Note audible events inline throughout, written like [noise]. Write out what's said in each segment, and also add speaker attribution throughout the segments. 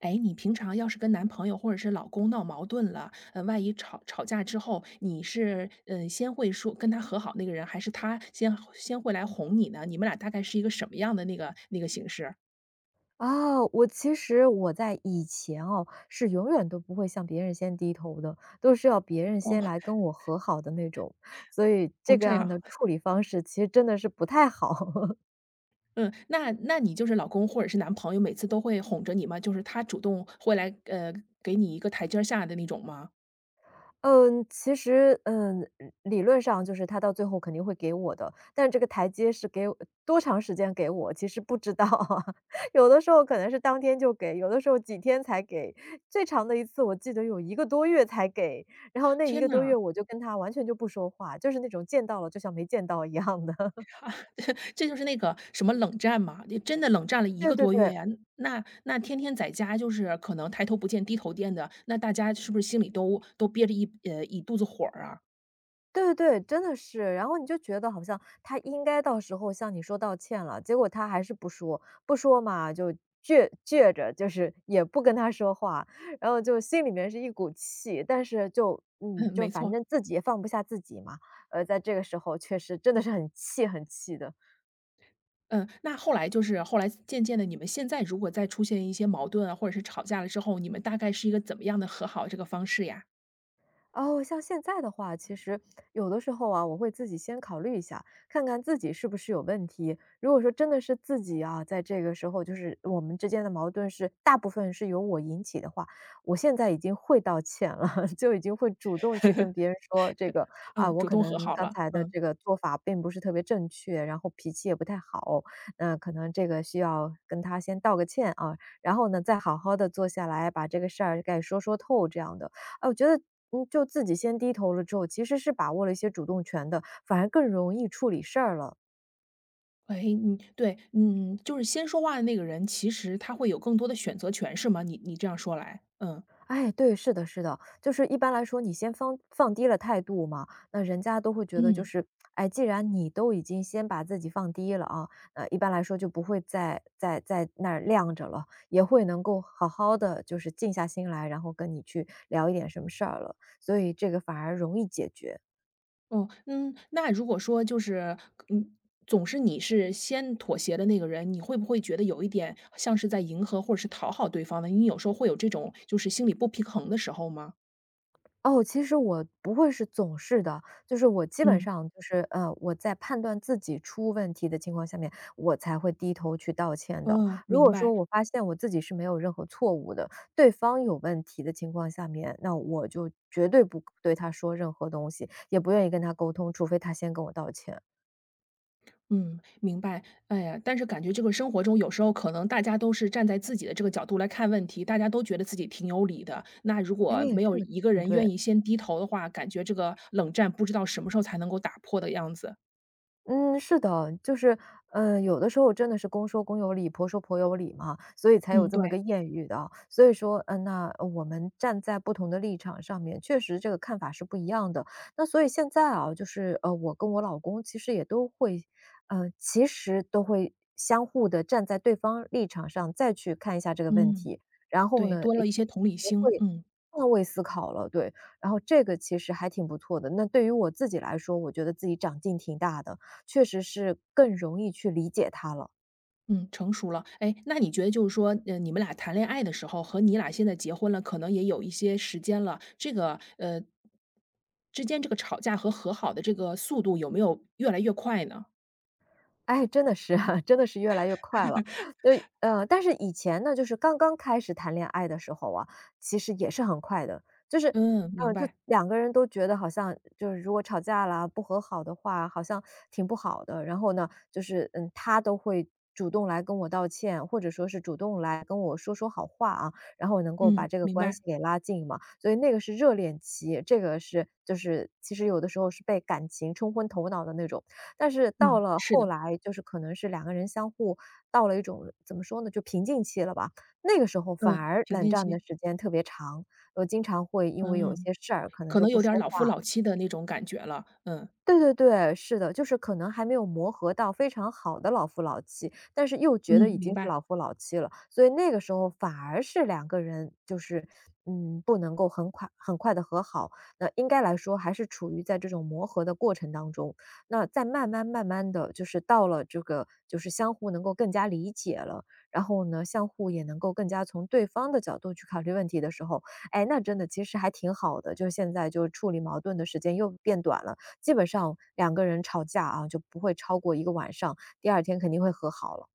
Speaker 1: 哎，你平常要是跟男朋友或者是老公闹矛盾了，万一吵吵架之后，你是先会说跟他和好那个人，还是他先会来哄你呢？你们俩大概是一个什么样的那个形式？
Speaker 2: 我其实我在以前是永远都不会向别人先低头的，都是要别人
Speaker 1: 哦
Speaker 2: 先来跟我和好的那种，所以
Speaker 1: 哦，
Speaker 2: 这个
Speaker 1: 这
Speaker 2: 样的
Speaker 1: 样，
Speaker 2: 处理方式其实真的是不太好。[laughs]
Speaker 1: 嗯，那你就是老公或者是男朋友，每次都会哄着你吗？就是他主动会来给你一个台阶儿下的那种吗？
Speaker 2: 嗯，其实，嗯，理论上就是他到最后肯定会给我的，但这个台阶是给我多长时间给我，其实不知道啊。[laughs] 有的时候可能是当天就给，有的时候几天才给，最长的一次我记得有一个多月才给，然后那一
Speaker 1: 天
Speaker 2: 个多月
Speaker 1: 呐！
Speaker 2: 我就跟他完全就不说话，就是那种见到了就像没见到一样的。[laughs]
Speaker 1: 这就是那个什么冷战嘛，就真的冷战了一
Speaker 2: 对
Speaker 1: 个
Speaker 2: 对
Speaker 1: 多月
Speaker 2: 对。
Speaker 1: 呀。那天天在家就是可能抬头不见低头见的，那大家是不是心里都憋着一肚子火儿啊？
Speaker 2: 对对对，真的是。然后你就觉得好像他应该到时候向你说道歉了，结果他还是不说，不说嘛就倔倔着，就是也不跟他说话，然后就心里面是一股气，但是就
Speaker 1: [laughs]
Speaker 2: 嗯，
Speaker 1: 嗯，
Speaker 2: 就
Speaker 1: 没
Speaker 2: 反
Speaker 1: 错。
Speaker 2: 正自己也放不下自己嘛，在这个时候确实真的是很气很气的。
Speaker 1: 嗯，那后来渐渐的，你们现在如果再出现一些矛盾啊，或者是吵架了之后，你们大概是一个怎么样的和好这个方式呀？
Speaker 2: 哦，像现在的话，其实有的时候啊，我会自己先考虑一下，看看自己是不是有问题。如果说真的是自己啊，在这个时候就是我们之间的矛盾是大部分是由我引起的话，我现在已经会道歉了，[laughs] 就已经会主动去跟别
Speaker 1: [laughs]
Speaker 2: 人说这个啊，
Speaker 1: 嗯，
Speaker 2: 我
Speaker 1: 主
Speaker 2: 可
Speaker 1: 动和
Speaker 2: 能
Speaker 1: 好
Speaker 2: 刚
Speaker 1: 了，
Speaker 2: 才的
Speaker 1: 嗯。
Speaker 2: 这个做法并不是特别正确，然后脾气也不太好，那可能这个需要跟他先道个歉啊，然后呢，再好好的坐下来把这个事儿该说说透这样的。哎，我觉得，嗯，就自己先低头了之后，其实是把握了一些主动权的，反而更容易处理事儿了。
Speaker 1: 哎，你对，嗯，就是先说话的那个人，其实他会有更多的选择权，是吗？你这样说来，嗯
Speaker 2: 哎，对，是的，是的，就是一般来说，你先放低了态度嘛，那人家都会觉得就
Speaker 1: 嗯。
Speaker 2: 是，哎，既然你都已经先把自己放低了啊，那一般来说就不会再在那儿晾着了，也会能够好好的就是静下心来，然后跟你去聊一点什么事儿了，所以这个反而容易解决。
Speaker 1: 哦，嗯，那如果说就是，嗯，总是你是先妥协的那个人，你会不会觉得有一点像是在迎合或者是讨好对方呢？你有时候会有这种就是心理不平衡的时候吗？
Speaker 2: 哦，其实我不会是总是的，就是我基本
Speaker 1: 嗯，
Speaker 2: 上就是，我在判断自己出问题的情况下面，我才会低头去道歉的。
Speaker 1: 哦，
Speaker 2: 如
Speaker 1: 明
Speaker 2: 果说
Speaker 1: 白，
Speaker 2: 我发现我自己是没有任何错误的，对方有问题的情况下面，那我就绝对不对他说任何东西，也不愿意跟他沟通，除非他先跟我道歉。
Speaker 1: 嗯，明白。哎呀，但是感觉这个生活中有时候可能大家都是站在自己的这个角度来看问题，大家都觉得自己挺有理的。那如
Speaker 2: 哎，
Speaker 1: 果没有
Speaker 2: 这个
Speaker 1: 一个
Speaker 2: 挺
Speaker 1: 人
Speaker 2: 对。
Speaker 1: 愿意先低头的话，感觉这个冷战不知道什么时候才能够打破的样子。
Speaker 2: 嗯，是的，就是，有的时候真的是公说公有理，婆说婆有理嘛，所以才有
Speaker 1: 嗯，
Speaker 2: 这么个
Speaker 1: 对，
Speaker 2: 谚语的。所以说，嗯，那我们站在不同的立场上面，确实这个看法是不一样的。那所以现在啊，我跟我老公其实也都会，呃，其实都会相互的站在对方立场上再去看一下这个问
Speaker 1: 嗯。
Speaker 2: 题，然后
Speaker 1: 对，
Speaker 2: 呢，
Speaker 1: 多
Speaker 2: 也
Speaker 1: 了一些同理心，
Speaker 2: 会
Speaker 1: 嗯，
Speaker 2: 换位思考了，对。然后这个其实还挺不错的。那对于我自己来说，我觉得自己长进挺大的。确实是更容易去理解它了。
Speaker 1: 嗯，成熟了。哎，那你觉得就是说，你们俩谈恋爱的时候和你俩现在结婚了，可能也有一些时间了，这个，之间这个吵架和和好的这个速度有没有越来越快呢？
Speaker 2: 哎，真的是啊，[laughs] 真的是越来越快了。对，但是以前呢，就是刚刚开始谈恋爱的时候啊，其实也是很快的，
Speaker 1: 嗯，明
Speaker 2: 就
Speaker 1: 白，
Speaker 2: 两个人都觉得好像就是如果吵架啦、不和好的话，好像挺不好的。然后呢，他都会主动来跟我道歉，或者说是主动来跟我说说好话啊，然后能够把
Speaker 1: 嗯，
Speaker 2: 这个
Speaker 1: 明
Speaker 2: 关
Speaker 1: 白，
Speaker 2: 系给拉近嘛。所以那个是热恋期，这个是就是其实有的时候是被感情冲昏头脑的那种。但是到
Speaker 1: 嗯，
Speaker 2: 了
Speaker 1: 是
Speaker 2: 后
Speaker 1: 的，
Speaker 2: 来，就是可能是两个人相互到了一种怎么说呢，就瓶颈期了吧。那个时候反
Speaker 1: 嗯，
Speaker 2: 而
Speaker 1: 平
Speaker 2: 冷
Speaker 1: 静
Speaker 2: 战的
Speaker 1: 期，
Speaker 2: 时间特别长，我经常会因为有一
Speaker 1: 嗯，
Speaker 2: 些事儿可能
Speaker 1: 可
Speaker 2: 就
Speaker 1: 能
Speaker 2: 不
Speaker 1: 有点儿
Speaker 2: 说
Speaker 1: 老夫
Speaker 2: 话。
Speaker 1: 老妻的那种感觉了，嗯，
Speaker 2: 对对对，是的，就是可能还没有磨合到非常好的老夫老妻，但是又觉得
Speaker 1: 嗯，
Speaker 2: 已
Speaker 1: 明
Speaker 2: 经是
Speaker 1: 白。
Speaker 2: 老夫老妻了，所以那个时候反而是两个人就是，嗯，不能够很快很快的和好，那应该来说还是处于在这种磨合的过程当中，那再慢慢慢慢的就是到了这个就是相互能够更加理解了，然后呢，相互也能够更加从对方的角度去考虑问题的时候，哎，那真的其实还挺好的，就是现在就处理矛盾的时间又变短了。基本上两个人吵架啊，就不会超过一个晚上，第二天肯定会和好了。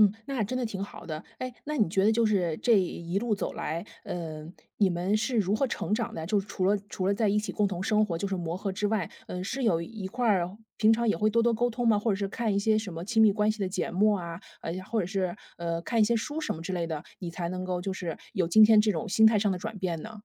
Speaker 1: 嗯，那真的挺好的。哎，那你觉得就是这一路走来，嗯，你们是如何成长的？就是除了在一起共同生活，就是磨合之外，嗯，是有一块儿平常也会多多沟通吗？或者是看一些什么亲密关系的节目啊，或者是看一些书什么之类的，你才能够就是有今天这种心态上的转变呢？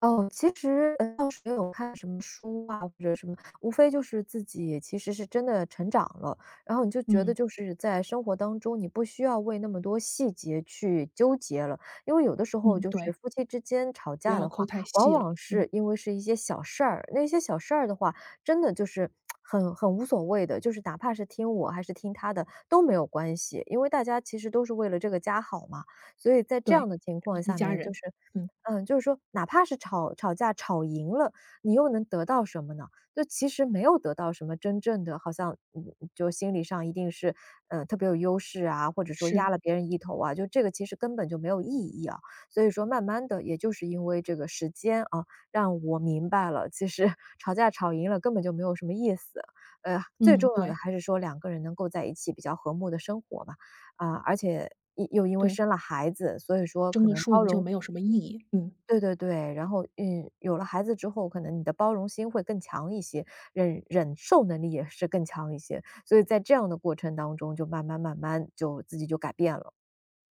Speaker 2: 哦，其实，倒是没有看什么书啊，或者什么，无非就是自己其实是真的成长了，然后你就觉得
Speaker 1: 嗯
Speaker 2: 就是在生活当中，你不需要为那么多细节去纠结了。因为有的时候
Speaker 1: 嗯，
Speaker 2: 就是
Speaker 1: 对，
Speaker 2: 夫妻之间吵
Speaker 1: 不
Speaker 2: 架的
Speaker 1: 要
Speaker 2: 话，
Speaker 1: 抠太
Speaker 2: 往
Speaker 1: 细了。
Speaker 2: 往是
Speaker 1: 嗯，
Speaker 2: 因为是一些小事儿，那些小事儿的话，真的就是很无所谓的，就是哪怕是听我还是听他的都没有关系，因为大家其实都是为了这个家好嘛。所以在这样
Speaker 1: 对，
Speaker 2: 的情况
Speaker 1: 一
Speaker 2: 下
Speaker 1: 家
Speaker 2: 面，
Speaker 1: 人。嗯，
Speaker 2: 就是说哪怕是吵吵架吵赢了，你又能得到什么呢？就其实没有得到什么真正的，好像就心理上一定是特别有优势啊，或者说压
Speaker 1: 是，
Speaker 2: 了别人一头啊，就这个其实根本就没有意义啊。所以说慢慢的，也就是因为这个时间啊，让我明白了，其实 [laughs] 吵架吵赢了根本就没有什么意思。呃，最
Speaker 1: 嗯，
Speaker 2: 重要的
Speaker 1: 对
Speaker 2: 还是说两个人能够在一起比较和睦的生活嘛，啊、而且。又因为
Speaker 1: 对，
Speaker 2: 生了孩子，所以说
Speaker 1: 争
Speaker 2: 可
Speaker 1: 个
Speaker 2: 能
Speaker 1: 输
Speaker 2: 包
Speaker 1: 赢就
Speaker 2: 容
Speaker 1: 没有什么意义。嗯。
Speaker 2: 对对对，然后，嗯，有了孩子之后，可能你的包容心会更强一些，忍受能力也是更强一些，所以在这样的过程当中，就慢慢慢慢就自己就改变了。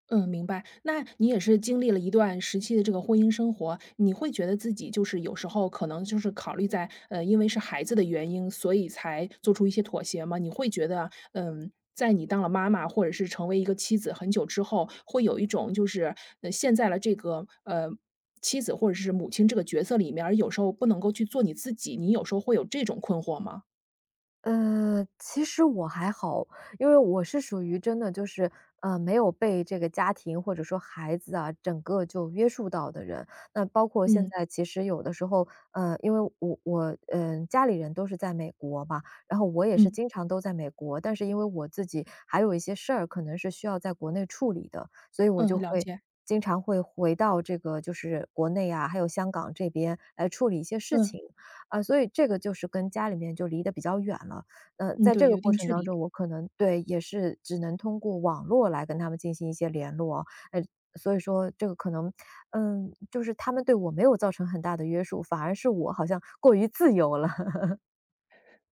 Speaker 1: 嗯，明白。那你也是经历了一段时期的这个婚姻生活，你会觉得自己就是有时候可能就是考虑在，因为是孩子的原因，所以才做出一些妥协吗？你会觉得，在你当了妈妈或者是成为一个妻子很久之后，会有一种就是，陷在了这个，妻子或者是母亲这个角色里面而有时候不能够去做你自己，你有时候会有这种困惑吗？
Speaker 2: 呃，其实我还好，因为我是属于真的就是，呃，没有被这个家庭或者说孩子啊，整个就约束到的人。那包括现
Speaker 1: 嗯，
Speaker 2: 在其实有的时候，呃，因为我家里人都是在美国嘛，然后我也是
Speaker 1: 嗯，
Speaker 2: 经常都在美国，但是因为我自己还有一些事儿，可能是需要在国内处理的，所以我就
Speaker 1: 嗯，了
Speaker 2: 会
Speaker 1: 解。
Speaker 2: 经常会回到这个就是国内啊，还有香港这边来处理一些事
Speaker 1: 嗯，
Speaker 2: 情。啊，所以这个就是跟家里面就离得比较远了。呃，
Speaker 1: 嗯，
Speaker 2: 在这
Speaker 1: 对，
Speaker 2: 个
Speaker 1: 有一
Speaker 2: 过
Speaker 1: 定
Speaker 2: 程
Speaker 1: 距
Speaker 2: 当
Speaker 1: 离。
Speaker 2: 中，我可能对，也是只能通过网络来跟他们进行一些联络。呃，所以说这个可能，嗯，就是他们对我没有造成很大的约束，反而是我好像过于自由了。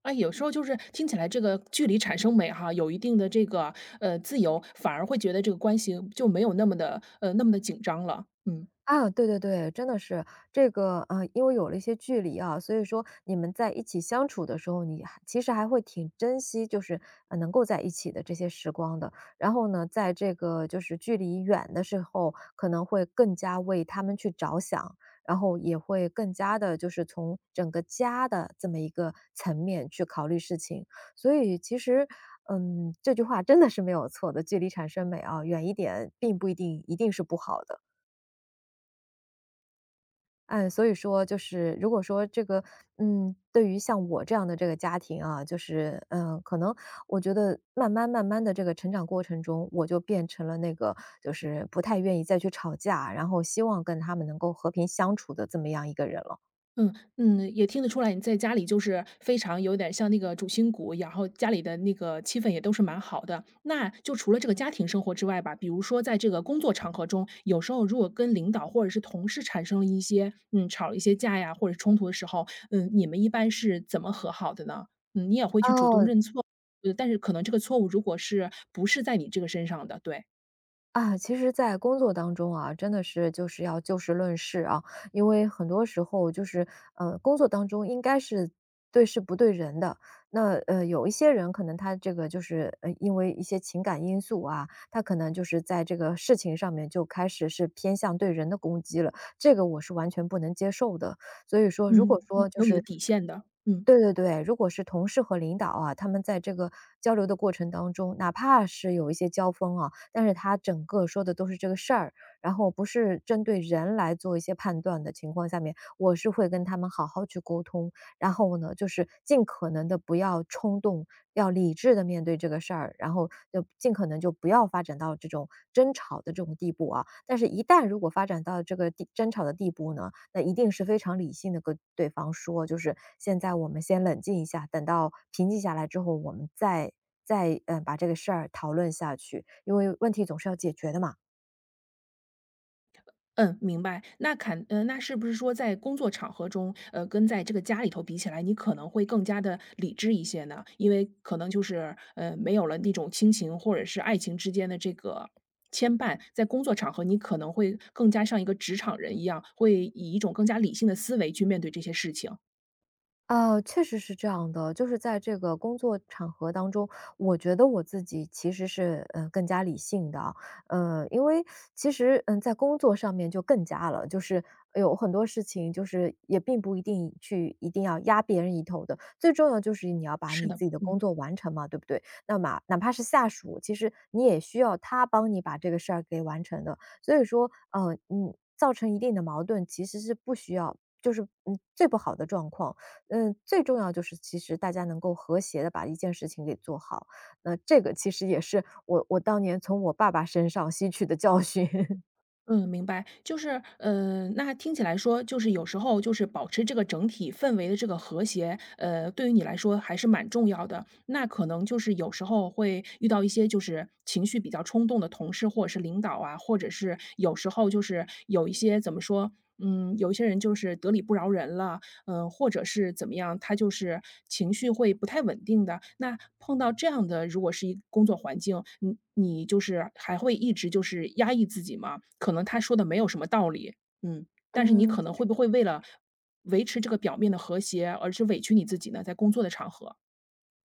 Speaker 1: 哎，有时候就是听起来这个距离产生美哈，有一定的这个，自由，反而会觉得这个关系就没有那么的紧张了，嗯。
Speaker 2: 啊，对对对，真的是这个啊，因为有了一些距离啊，所以说你们在一起相处的时候，你还其实还会挺珍惜，就是能够在一起的这些时光的。然后呢，在这个就是距离远的时候，可能会更加为他们去着想，然后也会更加的，就是从整个家的这么一个层面去考虑事情。所以其实，这句话真的是没有错的，距离产生美啊，远一点并不一定一定是不好的。嗯，所以说就是如果说这个，对于像我这样的这个家庭啊，就是，可能我觉得慢慢慢慢的这个成长过程中，我就变成了那个就是不太愿意再去吵架，然后希望跟他们能够和平相处的这么样一个人了。
Speaker 1: 嗯嗯，也听得出来，你在家里就是非常有点像那个主心骨，然后家里的那个气氛也都是蛮好的。那就除了这个家庭生活之外吧，比如说在这个工作场合中，有时候如果跟领导或者是同事产生了一些吵了一些架呀，或者冲突的时候，嗯，你们一般是怎么和好的呢？嗯，你也会去主动
Speaker 2: 哦，
Speaker 1: 认错，但是可能这个错误如果是不是在你这个身上的，对，
Speaker 2: 其实在工作当中啊，真的是就是要就事论事啊，因为很多时候就是，工作当中应该是对事不对人的。那有一些人可能他这个就是，因为一些情感因素啊，他可能就是在这个事情上面就开始是偏向对人的攻击了，这个我是完全不能接受的。所以说，如
Speaker 1: 嗯，
Speaker 2: 果
Speaker 1: 你
Speaker 2: 说就
Speaker 1: 有你的
Speaker 2: 是
Speaker 1: 底线的，嗯。
Speaker 2: 对对对，如果是同事和领导啊，他们在这个交流的过程当中，哪怕是有一些交锋啊，但是他整个说的都是这个事儿，然后不是针对人来做一些判断的情况下面，我是会跟他们好好去沟通，然后呢，就是尽可能的不要冲动，要理智的面对这个事儿，然后就尽可能就不要发展到这种争吵的这种地步啊。但是，一旦如果发展到这个地争吵的地步呢，那一定是非常理性的，跟对方说，就是现在我们先冷静一下，等到平静下来之后，我们再把这个事儿讨论下去，因为问题总是要解决的嘛。
Speaker 1: 嗯，明白。那是不是说在工作场合中，跟在这个家里头比起来，你可能会更加的理智一些呢？因为可能就是，没有了那种亲情或者是爱情之间的这个牵绊，在工作场合你可能会更加像一个职场人一样，会以一种更加理性的思维去面对这些事情，
Speaker 2: 确实是这样的，就是在这个工作场合当中，我觉得我自己其实是，更加理性的，因为其实，在工作上面就更加了，就是有很多事情就是也并不一定去一定要压别人一头的，最重要就是你要把
Speaker 1: 是
Speaker 2: 你
Speaker 1: 的，
Speaker 2: 自己的工
Speaker 1: 嗯。
Speaker 2: 作完成嘛，对不对？那么哪怕是下属，其实你也需要他帮你把这个事儿给完成的，所以说，造成一定的矛盾其实是不需要，就是最不好的状况。嗯，最重要就是其实大家能够和谐的把一件事情给做好，那这个其实也是我当年从我爸爸身上吸取的教训。[laughs]
Speaker 1: 嗯，明白，就是，那听起来说，就是有时候就是保持这个整体氛围的这个和谐，对于你来说还是蛮重要的。那可能就是有时候会遇到一些就是情绪比较冲动的同事或者是领导啊，或者是有时候就是有一些怎么说，嗯，有一些人就是得理不饶人了，嗯，或者是怎么样，他就是情绪会不太稳定的。那碰到这样的，如果是一个工作环境，你就是还会一直就是压抑自己吗？可能他说的没有什么道理，嗯，但是你
Speaker 2: 嗯。
Speaker 1: 可能会不会为了维持这个表面的和谐，而是委屈你自己呢？在工作的场合，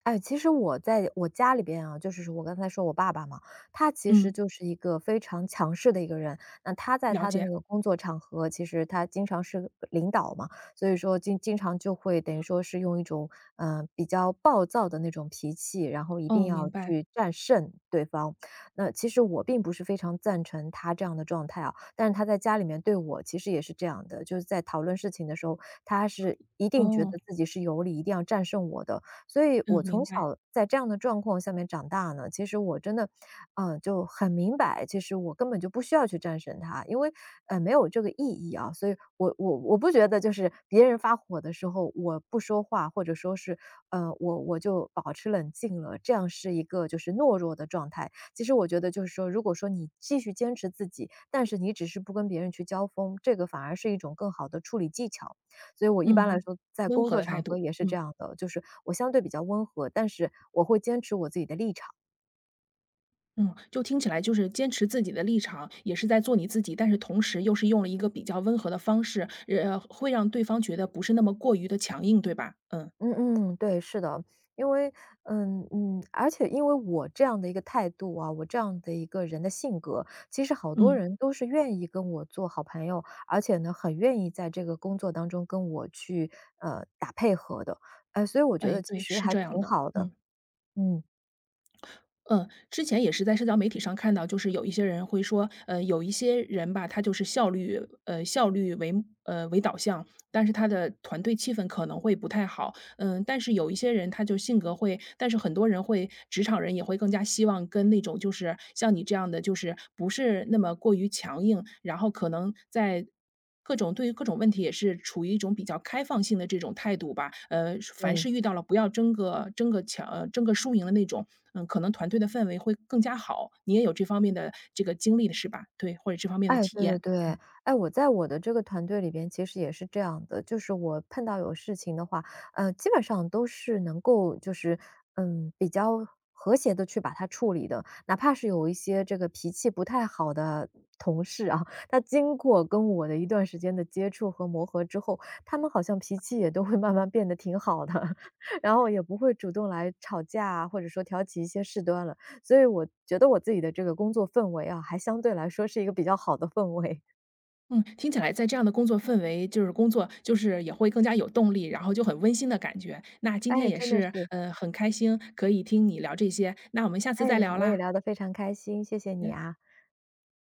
Speaker 2: 哎，其实我在我家里边啊，就是说我刚才说我爸爸嘛，他其实
Speaker 1: 嗯，
Speaker 2: 就是一个非常强势的一个人。那他在
Speaker 1: 了
Speaker 2: 他的那
Speaker 1: 解，
Speaker 2: 个工作场合，其实他经常是个领导嘛，所以说经常就会等于说是用一种比较暴躁的那种脾气，然后一定
Speaker 1: 哦，
Speaker 2: 要
Speaker 1: 明白，
Speaker 2: 去战胜对方。那其实我并不是非常赞成他这样的状态啊，但是他在家里面对我其实也是这样的，就是在讨论事情的时候，他是。一定觉
Speaker 1: 哦，
Speaker 2: 得自己是有理，一定要战胜我的，所以我
Speaker 1: 嗯，
Speaker 2: 从
Speaker 1: 明白，
Speaker 2: 小在这样的状况下面长大呢，其实我真的，嗯，就很明白，其实我根本就不需要去战胜它，因为，没有这个意义啊。所以我不觉得就是别人发火的时候我不说话，或者说是，我就保持冷静了，这样是一个就是懦弱的状态。其实我觉得就是说，如果说你继续坚持自己，但是你只是不跟别人去交锋，这个反而是一种更好的处理技巧。所以我一般来
Speaker 1: 嗯，
Speaker 2: 说在
Speaker 1: 温
Speaker 2: 工
Speaker 1: 和
Speaker 2: 作
Speaker 1: 的态
Speaker 2: 场合
Speaker 1: 度，
Speaker 2: 也是这
Speaker 1: 嗯。
Speaker 2: 样的，就是我相对比较温和，但是我会坚持我自己的立场。
Speaker 1: 嗯，就听起来就是坚持自己的立场，也是在做你自己，但是同时又是用了一个比较温和的方式，会让对方觉得不是那么过于的强硬，对吧？嗯
Speaker 2: 嗯嗯，对，是的，因为，嗯嗯，而且因为我这样的一个态度啊，我这样的一个人的性格，其实好多
Speaker 1: 嗯，
Speaker 2: 人都是愿意跟我做好朋友，而且呢，很愿意在这个工作当中跟我去打配合的，哎、所以我觉得
Speaker 1: 哎，
Speaker 2: 其
Speaker 1: 对，
Speaker 2: 实
Speaker 1: 是
Speaker 2: 还
Speaker 1: 这样
Speaker 2: 挺
Speaker 1: 的，
Speaker 2: 好的，
Speaker 1: 嗯。
Speaker 2: 嗯，
Speaker 1: 嗯，之前也是在社交媒体上看到，就是有一些人会说，有一些人吧，他就是效率为导向，但是他的团队气氛可能会不太好，嗯，但是有一些人他就性格会但是很多人会职场人也会更加希望跟那种就是像你这样的，就是不是那么过于强硬，然后可能在对于各种问题也是处于一种比较开放性的这种态度吧。凡
Speaker 2: 对。
Speaker 1: 是遇到了不要争个输赢的那种，嗯，可能团队的氛围会更加好。你也有这方面的这个经历的是吧？对，或者这方面的
Speaker 2: 哎，
Speaker 1: 体
Speaker 2: 对对
Speaker 1: 验。
Speaker 2: 对。哎，我在我的这个团队里边其实也是这样的，就是我碰到有事情的话，基本上都是能够就是，比较和谐的去把它处理的。哪怕是有一些这个脾气不太好的同事啊，他经过跟我的一段时间的接触和磨合之后，他们好像脾气也都会慢慢变得挺好的，[laughs] 然后也不会主动来吵架啊，或者说挑起一些事端了。所以我觉得我自己的这个工作氛围啊，还相对来说是一个比较好的氛围。[laughs]
Speaker 1: 嗯，听起来在这样的工作氛围，就是工作就是也会更加有动力，然后就很温馨的感觉。那今天
Speaker 2: 哎，
Speaker 1: 也
Speaker 2: 真的
Speaker 1: 是，
Speaker 2: 是，
Speaker 1: 嗯，很开心可以听你聊这些，那我们下次
Speaker 2: 哎，
Speaker 1: 再聊
Speaker 2: 我也
Speaker 1: 啦。
Speaker 2: 聊得非常开心，谢谢你
Speaker 1: 嗯。
Speaker 2: 啊。